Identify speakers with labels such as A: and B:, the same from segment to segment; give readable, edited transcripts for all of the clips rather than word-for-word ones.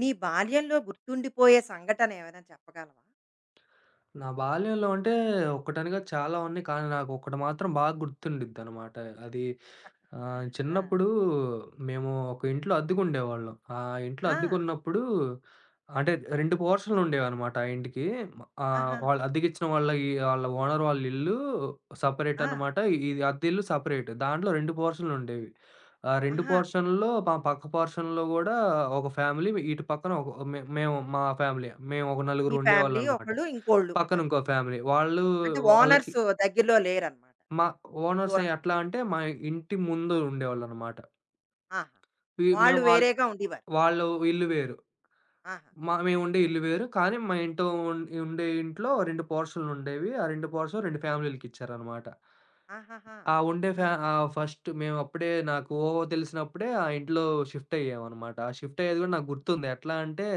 A: నీ బాల్యంలో గుర్తుండిపోయే సంఘటన ఏమైనా చెప్పగలవా?
B: నా బాల్యంలో అంటే ఒక్కటని కాదు, చాలా ఉన్నాయి. కానీ నాకొక్కటి మాత్రం బాగా గుర్తుండిద్దనమాట. అది
A: ఆ!
B: చిన్నప్పుడు మేము ఒక ఇంట్లో అద్దెకుండేవాళ్ళం. ఆ ఇంట్లో
A: ఆ!
B: అద్దెకున్నప్పుడు అంటే 2 పోర్షన్‌లుండేవనమాట ఆ ఇంటికి.
A: ఆహా!
B: వాళ్ళు అద్దెకిచ్చిన వాళ్ళ ఓనర్ వాళ్ళ ఇల్లు సెపరేట్
A: ఆ!
B: అనమాట. ఇది అద్దె ఇల్లు సెపరేట్. దాంట్లో 2 పోర్షన్‌లుండేవి. ఆ 2
A: ఆహా!
B: పోర్షన్‌లో మా పక్క పోర్షన్‌లో గూడా ఒక ఫ్యామిలీ, ఇటు పక్కన ఒక మే మేము మా ఫ్యామిలీ. మేము ఒక నలుగురు
A: మీ ఫ్యామిలీ
B: ఉండేవాళ్ళనమాట.
A: ఒకళ్ళు, ఇంకోళ్ళు
B: పక్కన
A: అది.
B: ఇంకో ఫ్యామిలీ. వాళ్ళు
A: అంటే
B: వాళ్ళకి
A: ఓనర్స్ దగ్గరలో లేరనమాట.
B: మా ఓనర్స్
A: దూరంగా.
B: ఎట్లా అంటే మా ఇంటి ముందు ఉండేవాళ్ళనమాట.
A: ఆహా!
B: వీ మేము
A: వాళ్ళు
B: వాళ్
A: వేరేగా ఉండేవారు.
B: వాళ్ళు ఇల్లు వేరు.
A: ఆహా!
B: మేముండే ఇల్లు వేరు. కానీ మా ఇంట్లో ఉం ఉండే ఇంట్లో 2 పోర్షన్‌లుండేవి. ఆ 2 పోర్షన్‌లు 2 ఫ్యామిలీలకిచ్చారనమాట.
A: ఆహాహా!
B: ఆ ఉండే
A: ఆ!
B: ఫ్యా ఆహ్, ఫస్ట్ మేమప్పుడే నాకు ఓహో తెలిసినప్పుడే ఆ ఇంట్లో షిఫ్ట్ అయ్యామనమాట. ఆ షిఫ్ట్ అయ్యేది కూడా నాకు గుర్తుంది. ఎట్లా అంటే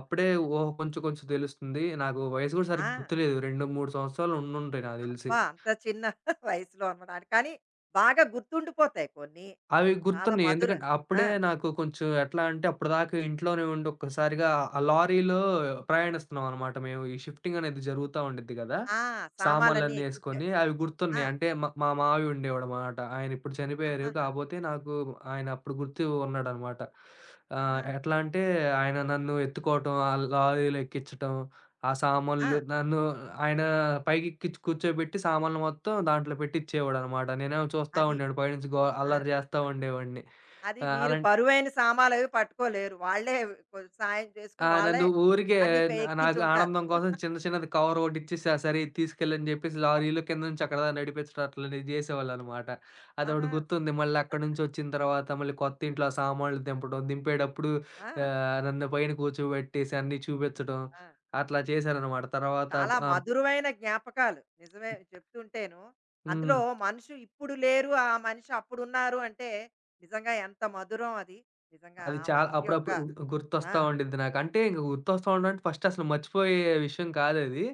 B: అప్పుడే ఓహో కొంచెం కొంచెం తెలుస్తుంది. నాకు వయసు కూడా
A: ఆ!
B: సరిగ్గా గుర్తులేదు. 2, 3 సంవత్సరాలు ఉండుంటాయి నాకు తెలిసి.
A: అబ్బా! అంత చిన్న వయసులో అనమాట. కానీ బాగా గుర్తుండిపోతాయి కొన్ని.
B: అవి
A: చాలా
B: గుర్తున్నాయి.
A: మధుర
B: ఎందుకంటే
A: ఆ!
B: అప్పుడే నాకు కొంచెం ఎట్లా అంటే అప్పటిదాకా ఇంట్లోనే ఉండి ఒక్కసారిగా ఆ లారీలో ప్రయాణిస్తున్నాం అనమాట మేము. ఈ షిఫ్టింగ్ అనేది జరుగుతా ఉండిద్ది గదా.
A: ఆ! సామాలన్నీ
B: సామాన్లన్నీ యేసుకొని
A: ఎక్కించారు.
B: అవి
A: ఆ!
B: గుర్తున్నాయి. అంటే మా మా మావయ్య ఉండేవాడనమాట. ఆయన ఇప్పుడు చనిపోయారు.
A: ఆహాహా!
B: కాపోతే నాకు ఆయన అప్పుడు గుర్తు ఉన్నాడనమాట.
A: ఆహా!
B: ఎట్లా అంటే ఆయన నన్ను ఎత్తుకోవటం, ఆ లారీలో ఎక్కించటం, ఆ
A: ఆ!
B: సామాన్లు, నన్ను ఆయన పైకెక్కిచ్చి కూర్చోబెట్టి సామాన్లు మొత్తం దాంట్లో పెట్టిచ్చేవాడనమాట. నేనేమో చూస్తా
A: అది.
B: ఉండేవాడిని పైనుంచి, గో
A: ఆ!
B: అల్లరి చేస్తా ఉండేవాడిని.
A: అది
B: ఆహ్,
A: మీరు
B: అలాంట్
A: బరువైన సామానవి పట్టుకోలేరు. వాళ్ళే సాయం
B: ఆ!
A: చేసుకొని వాళ్ళే
B: నన్ను ఊరికే
A: అన్నీ
B: నాకు
A: ఎక్కించుంటారు.
B: ఆనందం కోసం చిన్న చిన్నది కవర్ ఒకటిచ్చేసి, "ఆ సరే, ఇది తీసుకెళ్ళని" చెప్పేసి లారీలో కింద నుంచి అక్కడ దాకా నడిపించడం, అట్లాంటివి చేసేవాళ్ళనమాట. అదొకటి
A: ఆహా!
B: గుర్తుంది. మళ్ళీ అక్కడి నుంచి వచ్చిన తర్వాత మళ్ళీ కొత్త ఇంట్లో ఆ సామాన్లు దింపడం, దింపేటప్పుడు
A: ఆ!
B: నన్ను పైన కూర్చోబెట్టేసి అన్నీ చూపించడం
A: ఆ!
B: అట్లా చేశారనమాట. తర్వాత
A: చాలా
B: ఆహ్
A: మధురమైన జ్ఞాపకాలు. నిజమే చెప్తుంటేను.
B: హ్మ్.
A: అందులో మనిషి ఇప్పుడు లేరు, ఆ మనిషి అప్పుడున్నారు అంటే నిజంగా ఎంత మధురం అది. నిజంగా
B: అది
A: ఆ
B: చాలా
A: మనిషి యొక్క
B: అప్పుడప్పుడు
A: ఆ!
B: గుర్తొస్తా ఉండిద్ది నాకు. అంటే ఇంక గుర్తొస్తా ఉండడం అంటే ఫస్ట్ అసలు మర్చిపోయే విషయం కాదది.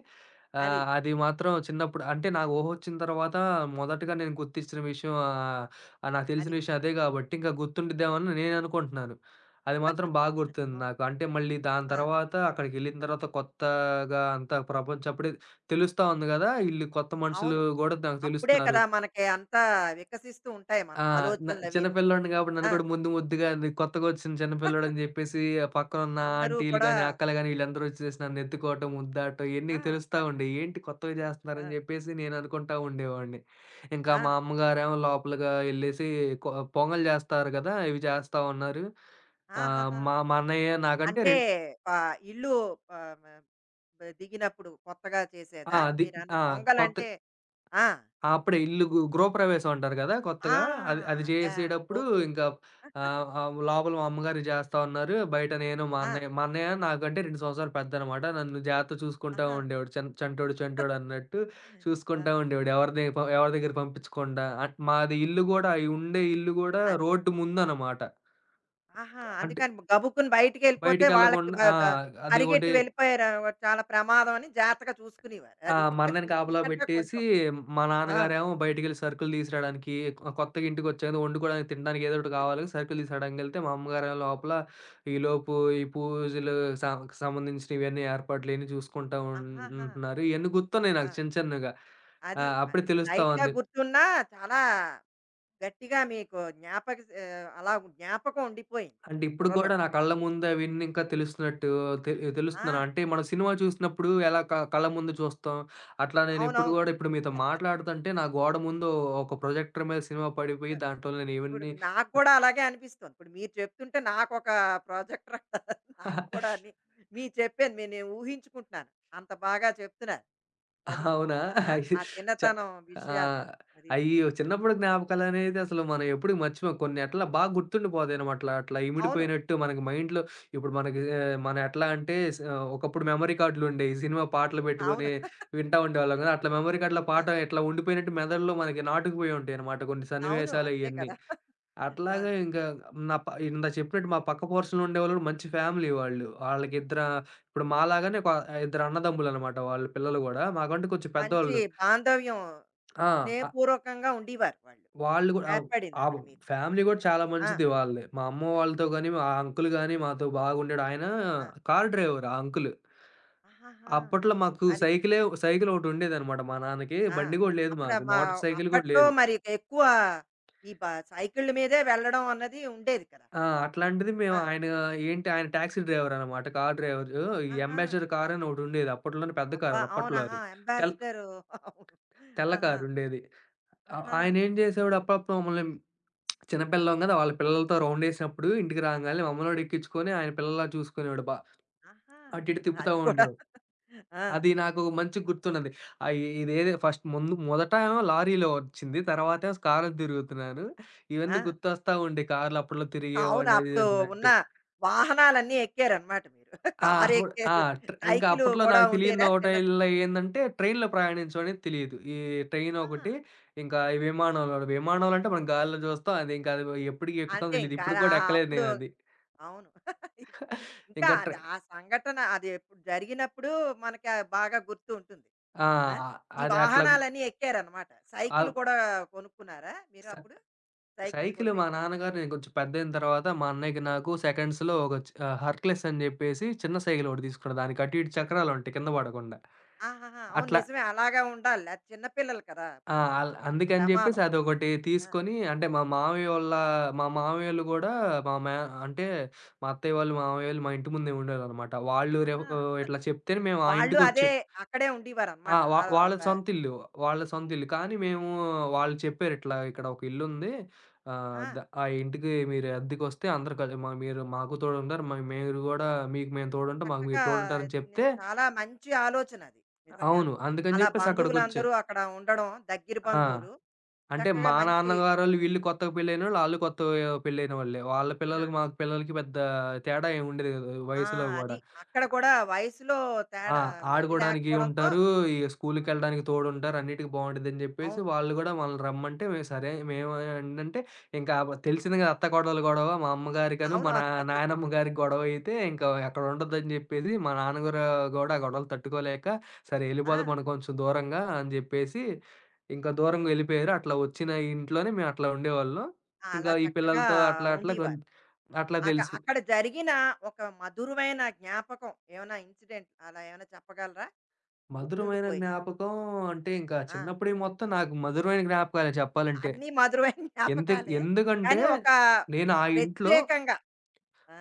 A: అది.
B: అది మాత్రం చిన్నప్పుడు అంటే నాకు ఊహొచ్చిన తర్వాత మొదటగా నేను గుర్తించిన విషయం, ఆహ్, ఆహ్, నాకు తెలిసిన
A: అది.
B: విషయం అదే గాబట్టి ఇంకా గుర్తుండిద్దేమో అని నేను అనుకుంటున్నాను. అది మాత్రం బాగా గుర్తుంది
A: అవును.
B: నాకు. అంటే మళ్ళీ దాని
A: ఆ!
B: తర్వాత అక్కడికెళ్ళిన తర్వాత కొత్తగా అంతా ప్రపంచం అప్పుడే తెలుస్తా ఉంది గదా. ఈళ్ళు కొత్త మనుషులు
A: అవును.
B: గూడా నాకు
A: అప్పుడే
B: తెలుస్తున్నారు.
A: కదా మనకి అంతా వికసిస్తూ ఉంటాయి మన
B: ఆ, చిన్న
A: ఆలోచనలవీను.
B: పిల్లోడిని కాబట్టి నన్ను
A: ఆ!
B: కూడా ముందు ముద్దుగా కొత్తగొచ్చిన చిన్న పిల్లోడని జెప్పేసి పక్కనున్న
A: అందరూ
B: ఆంటీలు
A: కూడా
B: గాని, అక్కలు గాని వీళ్ళందరూ వచ్చేసి నన్నెత్తుకోవటం, ముద్దాటం ఇయన్నీ
A: ఆ!
B: తెలుస్తా ఉండేయి. ఏంటి కొత్తగా
A: ఆ!
B: జేస్తున్నారని జెప్పేసి నేను అనుకుంటా ఉండేవాడిని. ఇంకా
A: ఆ!
B: మా అమ్మగారేమో లోపలగా ఎళ్ళేసి కొ పొంగల్ జేస్తారు గదా, ఇవి జేస్తా ఉన్నారు. ఆహ్,
A: ఆహాహా!
B: మా మా అన్నయ్య నాకంటే
A: అంటే
B: రెం
A: ఇల్లు ఆహ్, మ బ దిగినప్పుడు కొత్తగా
B: ఆ!
A: చేసేదా?
B: అది
A: మీరన్న
B: ఆ! కొత్త
A: పొంగలంటే ఆ!
B: ఆ! అప్పుడే ఇల్లు గృహప్రవేశం అంటారు గదా,
A: ఆ!
B: కొత్తగా. అది అది
A: అదా!
B: చేసేటప్పుడు
A: ఓకే.
B: ఇంకా ఆహ్, ఆహ్, లోపల మా అమ్మగారు చేస్తా ఉన్నారు. బయట నేను మా
A: ఆ!
B: అన్నయ్య, నాకంటే 2 సంవత్సరాలు పెద్దనమాట. నన్ను జాగ్రత్తగా చూసుకుంటా
A: ఆహా!
B: ఉండేవాడు. చం చంటోడు చంటోడు అన్నట్టు
A: ఆ!
B: చూసుకుంటా ఉండేవాడు. ఎవరి దగ్గర పంపించకుండా. మాది ఇల్లు గూడా, అయి ఉండే ఇల్లు గూడా
A: అదే.
B: రోడ్డు ముందనమాట.
A: ఆహా!
B: అంటే
A: అందుకని గబుక్కున బయటికెళ్ళిపోతే వాళ్ళకి
B: బయటికెళ్ళకుండా.
A: మ
B: ఆ,
A: గ
B: అది ఒకటి.
A: పరిగెట్టి వెళ్ళిపోయారు చాలా ప్రమాదం అని జాగ్రత్తగా చూసుకునేవారు.
B: ఆ,
A: అది.
B: మా అన్నని కాపలా
A: మీకంటే
B: పెట్టేసి,
A: కొంచెం
B: మా
A: ఆ!
B: నాన్నగారేమో బయటికెళ్ళి సరుకులు తీసుకురాడానికి, కొత్తగా ఇంటికొచ్చాను వండుకోవడానికి, తినడానికి ఏదో ఒకటి కావాలి. సరుకులు తీసుకురాడానికెళ్తే, మా అమ్మగారేమో లోపల ఈలోపు ఈ పూజలు స సంబంధించిన ఇవన్నీ ఏర్పాట్లు ఇయన్నీ చూసుకుంటా
A: ఆహాహా!
B: ఉంటున్నారు. ఇయన్నీ గుర్తున్నాయి
A: ఆ!
B: నాకు చిన్న చిన్నగా. ఆ,
A: అది.
B: అప్పుడే తెలుస్తా
A: లైట్‌గా
B: ఉంది.
A: గుర్తున్నా చాలా గట్టిగా మీకు జ్ఞాపక అలా జ్ఞాపకం ఉండిపోయింది
B: అంటే
A: మీ
B: ఇప్పుడు గూడా
A: బుర్రలోని.
B: నా కళ్ళ ముందు అవన్నీ ఇంకా తెలుస్తున్నట్టు తె
A: ఆ!
B: తెలుస్తున్నాను. అంటే మనం సినిమా చూసినప్పుడు ఎలా కళ్ళ ముందు చూస్తాం, అట్లా నేనిప్పుడు
A: అవునవును.
B: గూడా, ఇప్పుడు మీతో మాట్లాడుతుంటే నా గోడ ముందు ఒక ప్రొజెక్టర్ మీద సినిమా పడిపోయి
A: ఆహ్,
B: దాంట్లో నేను
A: ఇప్పుడు
B: ఇవన్నీ
A: నాకు కూడా అలాగే అనిపిస్తోంది. ఇప్పుడు మీరు చెప్తుంటే నాకొక ప్రాజెక్టర్ నాకు కూడా అని మీరు చెప్పాను. మీ నేను ఊహించుకుంటున్నాను. అంత బాగా చెప్తున్నారు. అది.
B: అవునా?
A: ఆ!
B: అయి
A: ఆ
B: చ
A: చిన్నతనం
B: ఆ!
A: విషయాలు. అది.
B: అయ్యో, చిన్నప్పుడు జ్ఞాపకాలనేది అసలు మనం ఎప్పుడూ మర్చిపోం. కొన్ని అట్లా బాగా గుర్తుండిపోతాయనమాట. అట్లా అట్లా
A: అవును.
B: ఇమిడిపోయినట్టు మనకి మైండ్‌లో ఇప్పుడు మనకి, మనం ఎట్లా అంటే ఒకప్పుడు మెమరీ కార్డ్‌లుండేయి. సినిమా పాటలు పెట్టుకొని
A: అవును.
B: వింటా ఉండేవాళ్ళం కదా, అట్లా మెమరీ కార్డ్‌లో
A: ఆ!
B: పాట ఇట్లా ఉండిపోయినట్టు మెదడులో మనకి నాటుకుపోయి ఉంటాయనమాట కొన్ని
A: అవును.
B: సన్నివేశాలు
A: అంతే
B: ఇయన్నీ.
A: కదా! ఆ!
B: అట్లాగే ఇంకా నా ప ఇందాక చెప్పినట్టు మా పక్క పోర్షన్‌లో ఉండేవాళ్ళు కూడా మంచి ఫ్యామిలీ వాళ్ళు. వాళ్ళకి ఇద్దర ఇప్పుడు మాలాగానే ఒక ఇద్దరు అన్నదమ్ములనమాట వాళ్ళ పిల్లలు గూడా. మాకంటే కొంచెం
A: మంచి
B: పెద్దోళ్ళు.
A: బాంధవ్యం
B: ఆ, ఆహ్,
A: స్నేహపూర్వకంగా ఉండేవారు వాళ్ళు.
B: వాళ్ళు గూడా ఆవ్ ఆవ్
A: ఏర్పడిందక్కడ మీకు.
B: ఫ్యామిలీ గూడా చాలా
A: ఆ!
B: మంచిది వాళ్ళది. మా అమ్మ
A: అది.
B: వాళ్ళతో గాని, మా అంకుల్ గాని మాతో బాగుండేడు. ఆయన
A: ఆ!
B: కార్ డ్రైవర్ ఆ అంకులు.
A: ఆహాహా!
B: అప్పట్లో మాకు
A: అది.
B: సైకిల్ ఒకటుండేదనమాట మా నాన్నకి.
A: ఆ!
B: బండి గూడా లేదు
A: అప్పుడ
B: మాకు.
A: మా
B: మోటార్ సైకిల్ గూడా
A: అప్పట్లో
B: లేదు.
A: మరి ఎక్కువ ఈ బ సైకిళ్ళ మీదే వెళ్ళడం అన్నది ఉండేది కదా!
B: ఆ,
A: అప్
B: అట్లాంటిది మేము
A: ఆ!
B: ఆయన టాక్సీ డ్రైవరనమాట. Car driver. ఈ
A: ఆహా!
B: అంబాసిడర్ కారని ఒకటుండేది. అప్పట్లోనే పెద్ద
A: అబ్బా!
B: కారు,
A: అవును.
B: అప్పట్లో అది.
A: ఆహా!
B: తెల్
A: అంబాసిడరు అవును.
B: తెల్ల
A: ఆహా!
B: కారుండేది. ఆ
A: ఆహా!
B: ఆయనేం జేసేవాడు, అప్పుడప్పుడు మమ్మల్ని, చిన్న పిల్లం గదా, వాళ్ళ పిల్లలతో రౌండేసినప్పుడు ఇంటికి రాంగాల్నే మమ్మల్ని కూడా ఎక్కించుకొని ఆయన పిల్లలా చూసుకునేవాడు.
A: ఆహా!
B: అటు ఇటు తిప్పుతా
A: అది కూడా.
B: ఉండేవాడు.
A: ఆ!
B: అది నాకు మంచిగ గుర్తున్నది. ఆహ్, ఇదేదో ఫస్ట్ ముందు మొదటేమో లారీలో వచ్చింది. తర్వాతేమో కారులో తిరుగుతున్నాను.
A: ఆ!
B: ఇవన్నీ గుర్తొస్తా ఉండే, కార్లు అప్పట్లో
A: అవును.
B: తిరిగేవాడిని అది ఇది
A: అప్పుడు ఉన్న
B: అన్నట్టు.
A: వాహనాలన్నీ ఎక్కారనమాట మీరు.
B: ఆ, అప్పుడు. ఆ!
A: కారెక్కారు.
B: ట్ర ఇంకా
A: సైకిలు
B: అప్పట్లో
A: కూడా
B: నాకు
A: ఉండేదా? చిన్న
B: తెలియనిదొకటైల్ల ఏందంటే, ట్రైన్‌లో ప్రయాణించడం అనేది తెలీదు. ఈ
A: ఆ!
B: ట్రైనొకటి, ఇంకా ఈ విమానంలో. విమానాలంటే మనం గాలిలో చూస్తాం. అది ఎప్పటికి ఎక్కుతామో
A: అంతే
B: తెలీదు.
A: ఇంకా.
B: ఇప్పటికి
A: ఆ
B: గూడా ఎక్కలేదు
A: అప్పుడు
B: నేనది.
A: అవును. ఇప్పుడు ఇంకా
B: ఇంకా
A: అది
B: ట్రై
A: ఆ సంఘటన అది ఎప్పుడు జరిగినప్పుడు మనకి ఆ బాగా గుర్తు ఉంటుంది.
B: ఆ,
A: ఆ! ఈ
B: అది అట్లా
A: వాహనాలన్నీ ఎక్కారనమాట. సైకిల్
B: ఆహ్,
A: కూడా కొనుక్కున్నారా మీరు
B: స
A: అప్పుడు? సైకిల్
B: సైకిలు మా
A: కొనిపెట్టారు.
B: నాన్నగారు నేను కొంచెం పెద్దయిన తర్వాత, మా అన్నయ్యకి నాకు సెకండ్స్‌లో ఒక హెర్క్యులెస్ అని జెప్పేసి చిన్న సైకిలొకటి తీసుకున్నారు. దానికి అటు ఇటు చక్రాలుంటాయి కింద పడకుండా.
A: ఆహాహా! అవును
B: అట్లా.
A: నిజమే అలాగే ఉండాలి. అది చిన్న పిల్లలు కదా!
B: ఆ!
A: అప్పుడు
B: ఆల్ అందుకని జెప్పేసి
A: ప్రమాదం.
B: అదొకటి
A: ఆ!
B: తీసుకొని, అంటే మా మామయ్యోళ్ళు గూడా మా మే అంటే మా అత్తయ్య వాళ్ళు, మామయ్యోళ్ళు మా ఇంటి ముందే ఉండేవాళ్ళనమాట.
A: ఆహా!
B: ఇట్లా చెప్తేనే మేము ఆ
A: వాళ్ళు అదే
B: ఇంటికొచ్చాం.
A: అక్కడే
B: ఆ,
A: ఉండేవారనమాట. ఆహ్, ప
B: వాళ్ళది సొంత ఇల్లు. వాళ్ళది సొంత ఇల్లు. కానీ మేము, వాళ్ళు చెప్పారు, ఇట్లా ఇక్కడ ఒక ఇల్లుంది. ఆహ్, ద
A: ఆ!
B: ఆ ఇంటికి మీరు అద్దెకొస్తే అందరూ కలి మ మీరు మాకు తోడుంటారు, మీరు గూడా మీకు మేము
A: అవును
B: తోడుంటాం, మాకు మీరు
A: చక్కగా
B: తోడుంటారని చెప్తే,
A: చాలా మంచి ఆలోచన అది.
B: అవును,
A: నిజంగాను.
B: అందుకని
A: అలా
B: జెప్పేసి అక్కడికొచ్చా.
A: బంధువులందరూ అక్కడ ఉండడం దగ్గర
B: ఆ,
A: బంధువులు
B: అంటే
A: చక్కగా
B: మా
A: మంచి
B: నాన్నగారోళ్ళు వీళ్ళు కొత్తగా పెళ్ళైనోళ్ళు, ఆళ్ళు కొత్తగా పెళ్ళైన వాళ్ళే. వాళ్ళ పిల్లలకి,
A: ఆ!
B: మా పిల్లలకి పెద్ద తేడా ఏమి ఉండేది కాదు
A: ఆ!
B: వయసులో
A: అది.
B: గూడా.
A: అక్కడ కూడా వయసులో
B: ఆ,
A: తేడా ఇది
B: ఆడుకోడానికి
A: లేకపోవడంతో
B: ఉంటారు. ఈ
A: ఆ!
B: స్కూలుకెళ్ళడానికి తోడుంటారు. అన్నిటికి బావుంటదని జెప్పేసి
A: అవును.
B: వాళ్ళు గూడా మనల్ని రమ్మంటే మేము సరే, మేము ఏంటంటే ఇంకా తెలిసింది గదా, అత్త కోడళ్ళ గొడవ. మా అమ్మగారికను
A: అవును.
B: మా
A: అవును.
B: నాయనమ్మ గారికి గొడవయితే ఇంకా అక్కడ ఉండొద్దని జెప్పేసి మా నాన్నగారు గూడా ఆ గొడవలు తట్టుకోలేక సరే
A: ఆ!
B: ఎళ్ళిపోదాం మనం కొంచెం దూరంగా అని జెప్పేసి ఇంకా దూరంగా వెళ్ళిపోయారు. అట్లా వచ్చిన ఇంట్లోనే మేము అట్లా ఉండేవాళ్ళం. ఇంకా
A: అలా
B: ఈ
A: చక్కగా
B: పిల్లలతో అట్లా అట్లా
A: ఉండేవారు.
B: అట్లా
A: అక
B: తెలుసు.
A: అక్కడ జరిగిన ఒక మధురమైన జ్ఞాపకం ఏమైనా ఇన్సిడెంట్ అలా ఏమైనా చెప్పగలరా?
B: మధురమైన
A: గుర్తుండిపోయి.
B: జ్ఞాపకం అంటే, ఇంకా
A: ఆ!
B: చిన్నప్పుడే మొత్తం నాకు మధురమైన జ్ఞాపకాలే చెప్పాలంటే.
A: అన్నీ మధురమైన జ్ఞాపకాలే.
B: ఎందుకంటే,
A: కానీ ఒక
B: నేను ఆ ఇంట్లో
A: ప్రత్యేకంగా ఆ!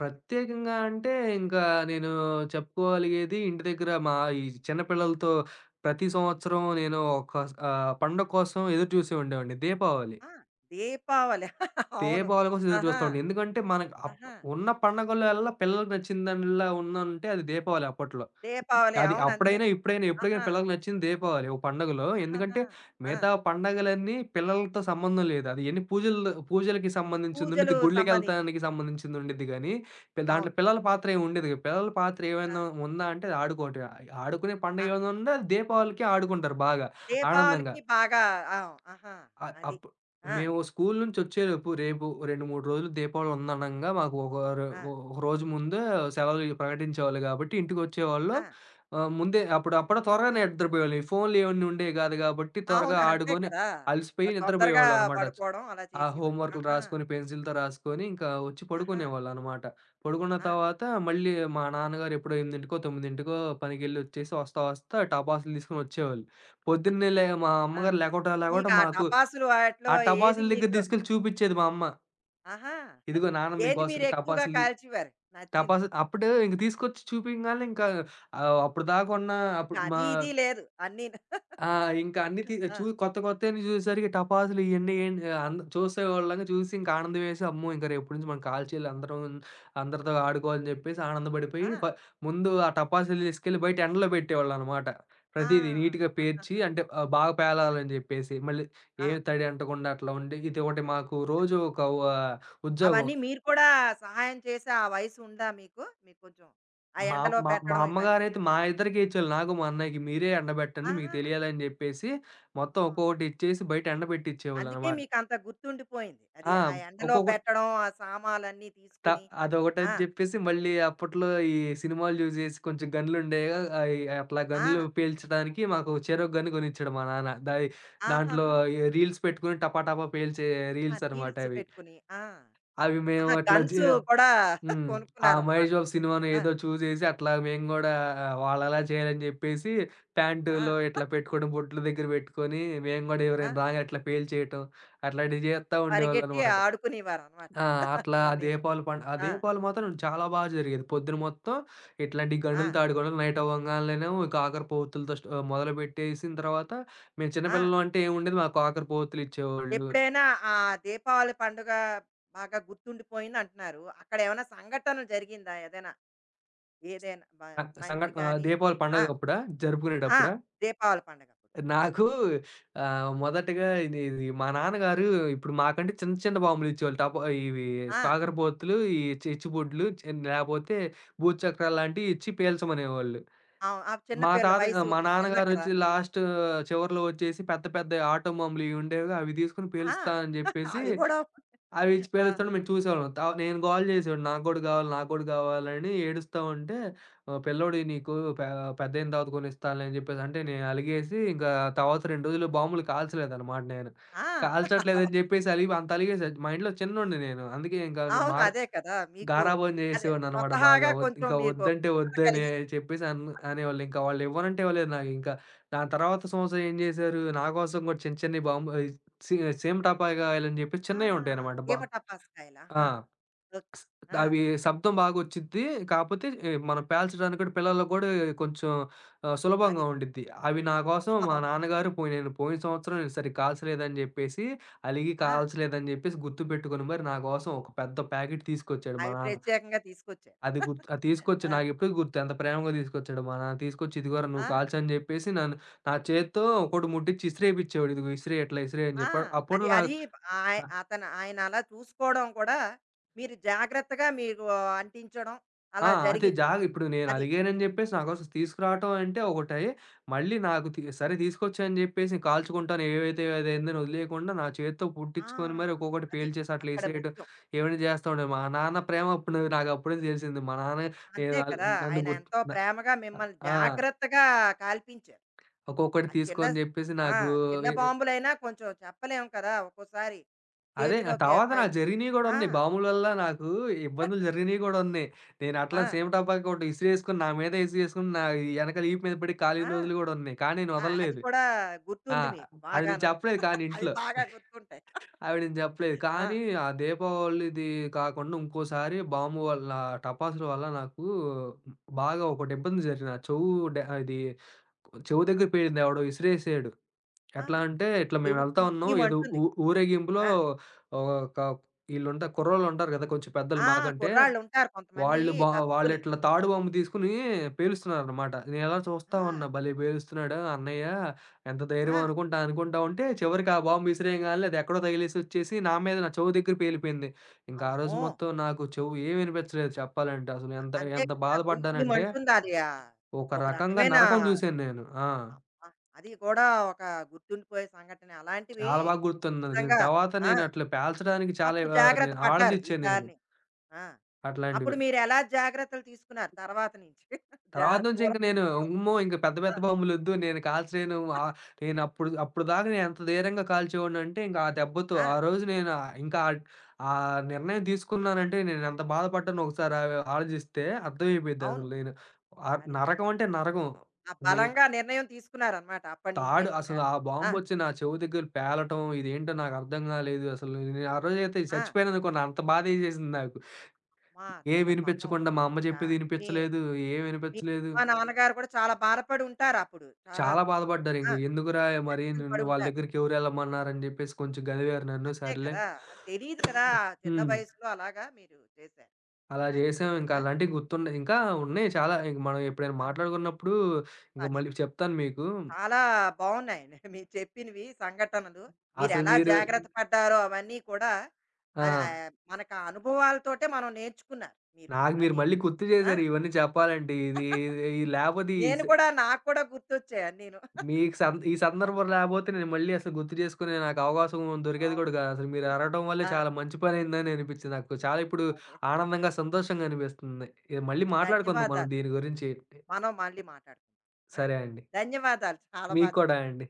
B: ప్రత్యేకంగా అంటే, ఇంకా నేను చెప్పుకోగలిగేది ఇంటి దగ్గర మా ఈ చిన్నపిల్లలతో ప్రతి సంవత్సరం నేను ఒక పండగ కోసం ఎదురు చూసి ఉండేవాడిని. దీపావళి.
A: ఆ! దీపావళి. అవును.
B: దీపావళి కోసం ఎదురు
A: ఆహా!
B: చూస్తామండి. ఎందుకంటే, మనకు
A: ఆహా!
B: ఉన్న పండగల్లోల్లా పిల్లలకి నచ్చిన దానిలా ఉందంటే అది దీపావళి అప్పట్లో.
A: దీపావళి.
B: అది
A: అవును. అంతే
B: అప్పుడైనా,
A: కదా!
B: ఇప్పుడైనా, ఎప్పటికైనా
A: ఆహా!
B: పిల్లలకి నచ్చింది దీపావళి ఒక పండుగలో. ఎందుకంటే
A: ఆహాహా! ఆ!
B: మిగతా పండగలన్నీ పిల్లలతో సంబంధం లేదు. అది ఎన్ని పూజలు పూజలకి సంబంధించిందుండిద్ది,
A: పూజలు సంబంధించింది.
B: గుళ్ళకెళ్తానికి సంబంధించిందుండిద్ది గానీ, దాంట్లో
A: అవును.
B: పిల్లల పాత్ర ఏమి ఉండేది కాదు. పిల్లల పాత్ర
A: ఆ!
B: ఏమైనా ఉందా అంటే అది ఆడుకోవటమే. ఆడుకునే పండగ
A: ఆ!
B: ఏమైనా ఉందా అది దీపావళికే ఆడుకుంటారు బాగా ఆనందంగా.
A: దీపావళికి బాగా ఆ! ఆహా!
B: అ
A: అది.
B: అప్పు
A: ఆ!
B: మేము స్కూలు నుంచొచ్చేలోపు రేపు 2, 3 రోజులు దీపావళి ఉందనంగా మాకు
A: ఆ!
B: ఒక రోజు ముందే సెలవులు ప్రకటించేవాళ్ళు గాబట్టి ఇంటికొచ్చేవాళ్ళు.
A: ఆ!
B: ఆహ్, ముందే అప్పుడు అప్పుడే త్వరగా నిద్రపోయేవాళ్ళు. ఈ ఫోన్‌లు ఇవన్నీ ఉండేవి గాదు గాబట్టి త్వరగా
A: అవును. అంతే
B: ఆడుకొని
A: కదా!
B: అలసిపోయి
A: తొందరగా
B: నిద్రపోయేవాళ్ళనమాట.
A: పడుకోవడం అలా
B: ఆ
A: చేసేవారు.
B: హోంవర్క్‌లు
A: ఆహా!
B: రాసుకొని, పెన్సిల్‌తో రాసుకొని ఇంకా వచ్చి
A: ఆహా!
B: పడుకునేవాళ్ళనమాట. పడుకున్న
A: ఆ!
B: తర్వాత మళ్ళీ మా నాన్నగారు ఎప్పుడో 8కో, 9కో పనికెళ్ళొచ్చేసి వస్తా వస్తా టపాసులు తీసుకొని వచ్చేవాళ్ళు. పొద్దున్నే లే మా
A: ఆ!
B: అమ్మగారు లేగవటం
A: మీకు
B: లేగవటం
A: ఆ
B: మాకు
A: టపాసులు వాటిలో
B: ఆ
A: ఏది
B: టపాసుల దగ్గర
A: మీకు
B: తీసుకెళ్ళి చూపిచ్చేది మా అమ్మ.
A: ఆహా!
B: ఇదిగో నాన్న
A: ఏది
B: మీకోసం
A: మీరు ఎక్కువగా
B: టపాసులు.
A: కాల్చేవారు? నచ్చింది.
B: టపాసులు అప్పుడే ఇంక తీసుకొచ్చి చూపియంగాల్నే ఇంకా ఆహ్, అప్పటిదాకా ఉన్న
A: ఇంకా
B: అప్పుడు మా
A: అది ఇది లేదు. అన్నీను.
B: ఆ! ఇంకా అన్నీ తీ
A: ఆ!
B: చూ కొత్త కొత్తయన్ని చూసేసరికి టపాసులు ఇయన్నీ ఏం అంద చూసేవాళ్ళంగా చూసి ఇంకా ఆనందం వేసి, అమ్మో, ఇంక రేపటి నుంచి మనం కాల్చేయాలి అందరం, అందరితో ఆడుకోవాలని చెప్పేసి ఆనందపడిపోయి,
A: ఆ!
B: ముందు ఆ టపాసులు తీసుకెళ్ళి బయట ఎండలో పెట్టేవాళ్ళనమాట.
A: ఆ!
B: ప్రతీదీ నీట్‌గా పేర్చి
A: ఆహాహా!
B: అంటే బాగా పేలాలని చెప్పేసి. మళ్ళీ
A: ఆ!
B: ఏమి తడి అంటకుండా అట్లా ఉండి ఇదొకటి మాకు రోజు ఒక ఆహ్, ఉద్యోగం.
A: అవన్నీ మీరు కూడా సహాయం చేసే ఆ వయసు ఉందా మీకు? మీకు కొంచెం ఆ
B: మా
A: ఎండలో
B: మా మా
A: పెట్టడం ఇవన్నీ.
B: అమ్మగారైతే మా ఇద్దరికీ ఇచ్చేవాళ్ళు. నాకు, మా అన్నయ్యకి. మీరే ఎండబెట్టండి మీకు
A: ఆహా!
B: తెలియాలని చెప్పేసి మొత్తం
A: ఆ!
B: ఒక్కొక్కటి ఇచ్చేసి బయట
A: అందుకే
B: ఎండబెట్టిచ్చేవాళ్ళనమాట.
A: మీకంత గుర్తుండిపోయింది. అది
B: ఆ,
A: ఆ ఎండలో
B: ఒక్కొక్క
A: పెట్టడం, ఆ సామాలన్నీ
B: త
A: తీసుకుని.
B: అదొకటని
A: ఆ!
B: జెప్పేసి మళ్ళీ అప్పట్లో ఈ సినిమాలు జూసేసి కొంచెం గన్‌లుండేగా, అయి అట్లా గన్‌లు
A: ఆ!
B: పేల్చడానికి మాకు చెరో గన్ గొనిచ్చాడు మా నాన్న. దాంట్లో
A: ఆహాహా!
B: ఈ రీల్స్ పెట్టుకొని టపా టపా పేల్చే
A: ఆ!
B: రీల్స్ అనమాట
A: డీల్స్
B: అవి.
A: పెట్టుకుని. ఆ!
B: అవి మేము
A: ఆహా!
B: అట్లా జ
A: గన్స్ కూడా
B: హ్మ్. ఆ
A: కొనుక్కున్నారనమాట.
B: 'మహేష్ బాబు' సినిమానో
A: ఆ!
B: ఏదో చూసేసి అట్లా మేము గూడా వాళ్ళలా చేయాలని జెప్పేసి ప్యాంటులో
A: ఆ!
B: ఇట్లా పెట్టుకోవడం, బొట్లు దగ్గర బెట్టుకొని మేము గూడా
A: ఆ!
B: ఎవరైనా రాగానే అట్లా పేల్చేయటం అట్లాంటివి జేత్తా
A: పరిగెట్టి
B: ఉండేవాళ్ళనమాట.
A: ఆడుకునేవారనమాట.
B: ఆ,
A: అవన్నీను.
B: అట్లా ఆ
A: ఆ!
B: దీపావళి మాత్రం చాలా బాగా జరిగేది. పొద్దున మొత్తం ఇట్లాంటి
A: ఆ!
B: గనులతో ఆడుకోవడం. నైట్ అవ్వంగాల్నేనేమో కాకరపోతులతో మొదలుపెట్టేసిన తర్వాత మేము
A: ఆ!
B: చిన్నపిల్లలం అంటే ఏముండేది. మాకు కాకరపోతులు ఇచ్చేవాళ్ళు.
A: ఎప్పుడైనా ఆ దీపావళి పండుగ బాగా గుర్తుండిపోయింది అంటున్నారు. అక్కడ ఏమైనా సంఘటన జరిగిందా? ఏదైనా ఏదైనా మంచి గాని
B: దీపావళి
A: ఆ!
B: పండగప్పుడా?
A: ఆ!
B: జరుపుకునేటప్పుడా?
A: దీపావళి పండగప్పుడు.
B: నాకు మొదటగా ఇది ఇది మా నాన్నగారు ఇప్పుడు మాకంటే చిన్న చిన్న బాంబులు ఇచ్చేవాళ్ళు. ఇవి
A: ఆ!
B: కాకరపోతులు, ఈ చిచ్చుబుడ్లు లేపోతే భూచక్రాలు లాంటివి ఇచ్చి పేల్చమనేవాళ్ళు.
A: అవును. ఆ చిన్న పిల్ల వయసు
B: మా
A: చిన్న కదా!
B: నాన్నగారొచ్చి లాస్ట్ చివర్లో వచ్చేసి పెద్ద పెద్ద ఆటోమాములు ఇయి ఉండేవిగా, అవి తీసుకొని
A: ఆ!
B: పేలుస్తా అని జెప్పేసి,
A: అది కూడా
B: అవి ఇచ్చి
A: ఆ!
B: పేలుస్తుంటే మేము చూసేవాళ్ళం. నేను గోల జేసేవాడిని. నాకు గూడా గావాలి, నాకు గూడా గావాలని ఏడుస్తా ఉంటే, పిల్లోడియి నీకు పె పెద్దయిన తర్వాత కొనిస్తానులే అని జెప్పేసి, అంటే నేను అలిగేసి ఇంకా తర్వాత 2 రోజులు బాంబులు కాల్చలేదన్నమాట నేను.
A: ఆ!
B: కాల్చట్లేదని జెప్పేసి అలిగి అంత అలిగేసా. మా ఇంట్లో చిన్నోడిని నేను. అందుకే ఇంకా నేను
A: అవును.
B: మార
A: అదే కదా! మీకు
B: గారాబం
A: అదే
B: చేసేవాడిననమాట బాగా.
A: స్వతహాగా కొంచెం
B: ఇంకా
A: మీకు
B: వద్దంటే
A: బాధ
B: వద్దనే
A: కలిగింది.
B: చెప్పేసి అనేవాళ్ళు. ఇంకా వాళ్ళు ఇవ్వనంటే ఇవ్వలేదు నాకింకా. దాని తర్వాత సంవత్సరం ఏం జేశారు, నా కోసం గూడా చిన్న చిన్నయి బాంబు ఆహ్, సీ సీమటపాకాయలని చెప్పి
A: ఆ!
B: చిన్నయి ఉంటాయనమాట. బా
A: సీమ టపాస్కాయలు.
B: ఆ!
A: ఆహా! ఓకే.
B: స్
A: ఆ!
B: అవి శబ్దం బాగొచ్చిద్ది. కాపోతే మనం పేల్చడానికి కూడా పిల్లలకి గూడా కొంచెం సులభంగా
A: అది.
B: ఉండిద్ది. అవి నా కోసం మా
A: అవును.
B: నాన్నగారు పోయి నేను పోయిన సంవత్సరం నేను సరిగ్గా కాల్చలేదని జెప్పేసి, అలిగి
A: ఆ!
B: కాల్చలేదని జెప్పేసి గుర్తుపెట్టుకొని మరి నా కోసం ఒక పెద్ద ప్యాకెట్ తీసుకొచ్చాడు మా
A: అవి
B: నాన్న.
A: ప్రత్యేకంగా తీసుకొచ్చారు.
B: అది గుర్తు, అది తీసుకొచ్చాడు.
A: ఆ!
B: నాకెప్పటికి గుర్తు ఎంత ప్రేమగా తీసుకొచ్చాడో మా నాన్న. తీసుకొచ్చి ఇదిగోరా నువ్వు
A: ఆ!
B: కాల్చు అని జెప్పేసి నన్ను చేత్తో ఒకటి ముట్టిచ్చి ఇసిరేపిచ్చేవాడు. ఇదిగో ఇసిరేయి, ఇట్లా ఇసిరేయి అని
A: ఆ!
B: చెప్పాడు.
A: అది
B: అప్పట్లో నాకు
A: అది
B: నా
A: అతను ఆయన అలా చూసుకోవడం కూడా మీరు జాగ్రత్తగా మీరు అంటించడం
B: ఆ!
A: అలా
B: అదే
A: జరిగింది. మీకు.
B: జాగా ఇప్పుడు నేను
A: అది.
B: అలిగానని జెప్పేసి నా కోసం తీసుకురావటం అంటే ఒకటై, మళ్ళీ నాకు తి సరే తీసుకొచ్చా అని జెప్పేసి కాల్చుకుంటాను ఏవైతే ఏదైందని వదిలేయకుండా నా చేత్తో
A: ఆ!
B: పుట్టించుకొని మరి ఒక్కొక్కటి
A: అది
B: పేల్చేసి అట్లా
A: అక్కడ
B: ఇసిరేయటం
A: ముఖ్యం.
B: ఇవన్నీ జేస్తా ఉండేవాడు. మా నాన్న ప్రేమ అప్పుడు నాకప్పుడే తెలిసింది. మా నాన్న నేను
A: అంతే
B: ఆల్
A: కదా!
B: నన్ను
A: ఆయన
B: గుర్తు
A: ఎంతో
B: న
A: ప్రేమగా మిమ్మల్ని
B: ఆ,
A: జాగ్రత్తగా కాల్పించారు.
B: ఒక్కొక్కటి
A: ఆ
B: తీసుకో
A: చిన్న
B: అని జెప్పేసి
A: ఆ!
B: నాకు.
A: చిన్న
B: ఎ ఎ
A: బాంబులైనా కొంచెం చెప్పలేం కదా! ఒక్కోసారి
B: అదే ఆ
A: చేతిలోకి
B: తర్వాత
A: పైల్
B: నాకు జరిగినయి గూడా
A: ఆ!
B: ఉన్నాయి. బాంబుల వల్ల నాకు ఇబ్బందులు జరిగినయి గూడా ఉన్నాయి. నేను అట్లా
A: ఆ!
B: సేమ్ టపాకా ఒకటి ఇసిరేసుకొని నా మీద ఇసిరేసుకొని ఎనక వీపు మీద పడి కాలిన
A: ఆ!
B: రోజులు గూడా ఉన్నాయి. కానీ నేను
A: ఆ! అది
B: వదలలేదు.
A: కూడా
B: ఆ,
A: గుర్తుంది మీకు
B: అది నేను
A: బాగాను.
B: చెప్పలేదు కానీ
A: అవి
B: ఇంట్లో.
A: బాగా గుర్తుంటాయి.
B: అవి నేను జెప్పలేదు.
A: ఆ!
B: కానీ ఆ దీపావళిది కాకుండా ఇంకోసారి బాంబు వల్ల టపాసుల వల్ల నాకు బాగా ఒకటి ఇబ్బంది జరిగింది. నా చెవు డ అది చెవు
A: అమ్మో!
B: దగ్గర పేలింది ఎవడో ఇసిరేసాడు.
A: ఆ!
B: ఎట్లా అంటే, ఇట్లా
A: నువ్వు
B: మేమెళ్తా ఉన్నాం. ఏదో
A: గుయ్యమంటుంది.
B: ఊరేగింపులో
A: ఆ!
B: ఒక ఈళ్ళుంటారు కుర్రోళ్ళుంటారు గదా, కొంచెం పెద్దలు
A: ఆ!
B: మాకంటే.
A: కుర్రాళ్ళుంటారు కొంతమంది
B: వాళ్ళు బా
A: గబుక్కుని.
B: వాళ్ళిట్లా తాడు బొమ్మ తీసుకొని పేలుస్తున్నారనమాట. నేనలా చూస్తా ఉన్నా.
A: ఆ!
B: భలే పేలుస్తున్నాడు అన్నయ్య. ఎంత ధైర్యం
A: ఆ!
B: అనుకుంటా, అనుకుంటా ఉంటే చివరికి ఆ బాంబు విసిరేయంగాలనే అది ఎక్కడో తగిలేసొచ్చేసి నా మీద నా చెవు దగ్గర పేలిపోయింది. ఇంకా ఆ రోజు
A: అమ్మో!
B: మొత్తం నాకు చెవు ఏమి వినిపించలేదు చెప్పాలంటే. అసలు ఎంత
A: అంతే
B: ఎంత
A: కదా!
B: బాధపడ్డానంటే,
A: గుయ్యమంటుందది
B: ఒక
A: ఒక
B: రకంగా
A: రకమైన
B: నరకం జూసాను నేను. ఆ,
A: అబ్బా! అది కూడా ఒక గుర్తుండిపోయే సంఘటనే. అలాంటివి
B: చాలా బాగా గుర్తున్నది.
A: నిజంగా
B: తర్వాత
A: ఆ!
B: నేను అట్లా పేల్చడానికి చాలా
A: అప్పుడు జాగ్రత్త
B: నేను
A: పడ్డారు
B: ఆడదిచ్చా నేను
A: ఈసారిని. ఆ! అప్పుడు
B: అట్లాంటివి.
A: మీరెలా జాగ్రత్తలు తీసుకున్నారు తర్వాత నుంచి?
B: తర్వాత నుంచి ఇంక
A: దూరం
B: నేను
A: ఉండడం.
B: అమ్మో, ఇంక పెద్ద
A: ఆ!
B: పెద్ద బాంబులొద్దు నేను కాల్చలేను. ఆహ్, నేను అప్పుడు అప్పటిదాకా నేను ఎంత ధైర్యంగా కాల్చేవాడినంటే ఇంక ఆ దెబ్బతో
A: ఆ!
B: ఆ రోజు నేను ఆహ్, ఇంకా ఆ నిర్ణయం తీసుకున్నానంటే నేను ఎంత బాధపడ్డానో ఒకసారి ఆలోచిస్తే
A: అవును.
B: అర్థమైపోయిద్దసలు నేను.
A: అది.
B: నరకం అంటే నరకం.
A: ఆ!
B: నే
A: బలంగా నిర్ణయం తీసుకున్నారనమాట అప్పటి
B: తాడు
A: నించినింకా.
B: అసలు ఆ
A: ఆ!
B: బాంబొచ్చి నా చెవు దగ్గర పేలటం ఇదేంటో నాకర్థం కాలేదు. అసలు నేను ఆ రోజైతే
A: ఆ!
B: చచ్చిపోయాననుకున్నా. అంత బాధేసేసింది నాకు.
A: అమ్మా!
B: ఏం
A: చాలా పాపం.
B: వినిపించకుండా మా అమ్మ
A: చా
B: చెప్పేది
A: మీ
B: వినిపించలేదు. ఏం
A: మీ
B: వినిపించలేదు.
A: అమ్మా, నాన్నగారు కూడా చాలా బాధపడి ఉంటారప్పుడు
B: చాలా
A: చాలాను. ఆ!
B: బాధపడ్డారింక. ఎందుకురా మరి
A: టెన్షన్
B: నిన్ను
A: పడి
B: వాళ్ళ
A: ఉంటారు.
B: దగ్గరికి ఎవరు ఎళ్ళమన్నారని చెప్పేసి కొంచెం గదివారు నన్ను.
A: అంతే
B: సర్లే
A: కదా! తెలీదు కదా! ఆ చిన్న
B: హ్మ్.
A: వయసులో అలాగా మీరు చేశారు.
B: అలా
A: అది.
B: చేసాం. ఇంకా
A: ఆ!
B: అలాంటివి గుర్తున్నాయి. ఇంకా ఉన్నాయి
A: ఆ!
B: చాలా. ఇంక మనం ఎప్పుడైనా
A: ఆ!
B: మాట్లాడుకున్నప్పుడు ఇంక
A: అదే.
B: మళ్ళీ చెప్తాను మీకు.
A: చాలా బావున్నాయండి మీరు చెప్పినవి సంఘటనలు.
B: అసలు
A: మీరెలా
B: మీరు
A: జాగ్రత్త పడ్డారో అవన్నీ కూడా
B: ఆ!
A: అది మనకు ఆ అనుభవాలతోటే మనం నేర్చుకున్నారు మీరు
B: నాకు మీరు
A: అన్నీను.
B: మళ్ళీ గుర్తు
A: ఆ!
B: చేశారు ఇవన్నీ చెప్పాలంటే. ఇది ఈ లేపోతే ఈ
A: నేను
B: స్
A: కూడా నాకు కూడా గుర్తొచ్చాయి అన్నీను.
B: మీకు సం ఈ సందర్భం లేపోతే నేను మళ్ళీ అసలు గుర్తు చేసుకునే నాకు అవకాశం దొరికేది
A: అవును.
B: కూడా కాదు. అసలు మీరు అడగటం వల్లే
A: ఆ!
B: చాలా మంచి పనయిందని అనిపిచ్చింది నాకు. చాలా ఇప్పుడు
A: అదే.
B: ఆనందంగా, సంతోషంగా అనిపిస్తుంది. మళ్ళీ మాట్లాడుకుందాం మనం
A: ధన్యవాదాలు.
B: దీని గురించి.
A: మనం మళ్ళీ మాట్లాడుకుందాం. ఆ?
B: సరే అండి.
A: ధన్యవాదాలు. చాలా
B: మీకు
A: బాగా
B: కూడా
A: చెప్పారు.
B: అండి.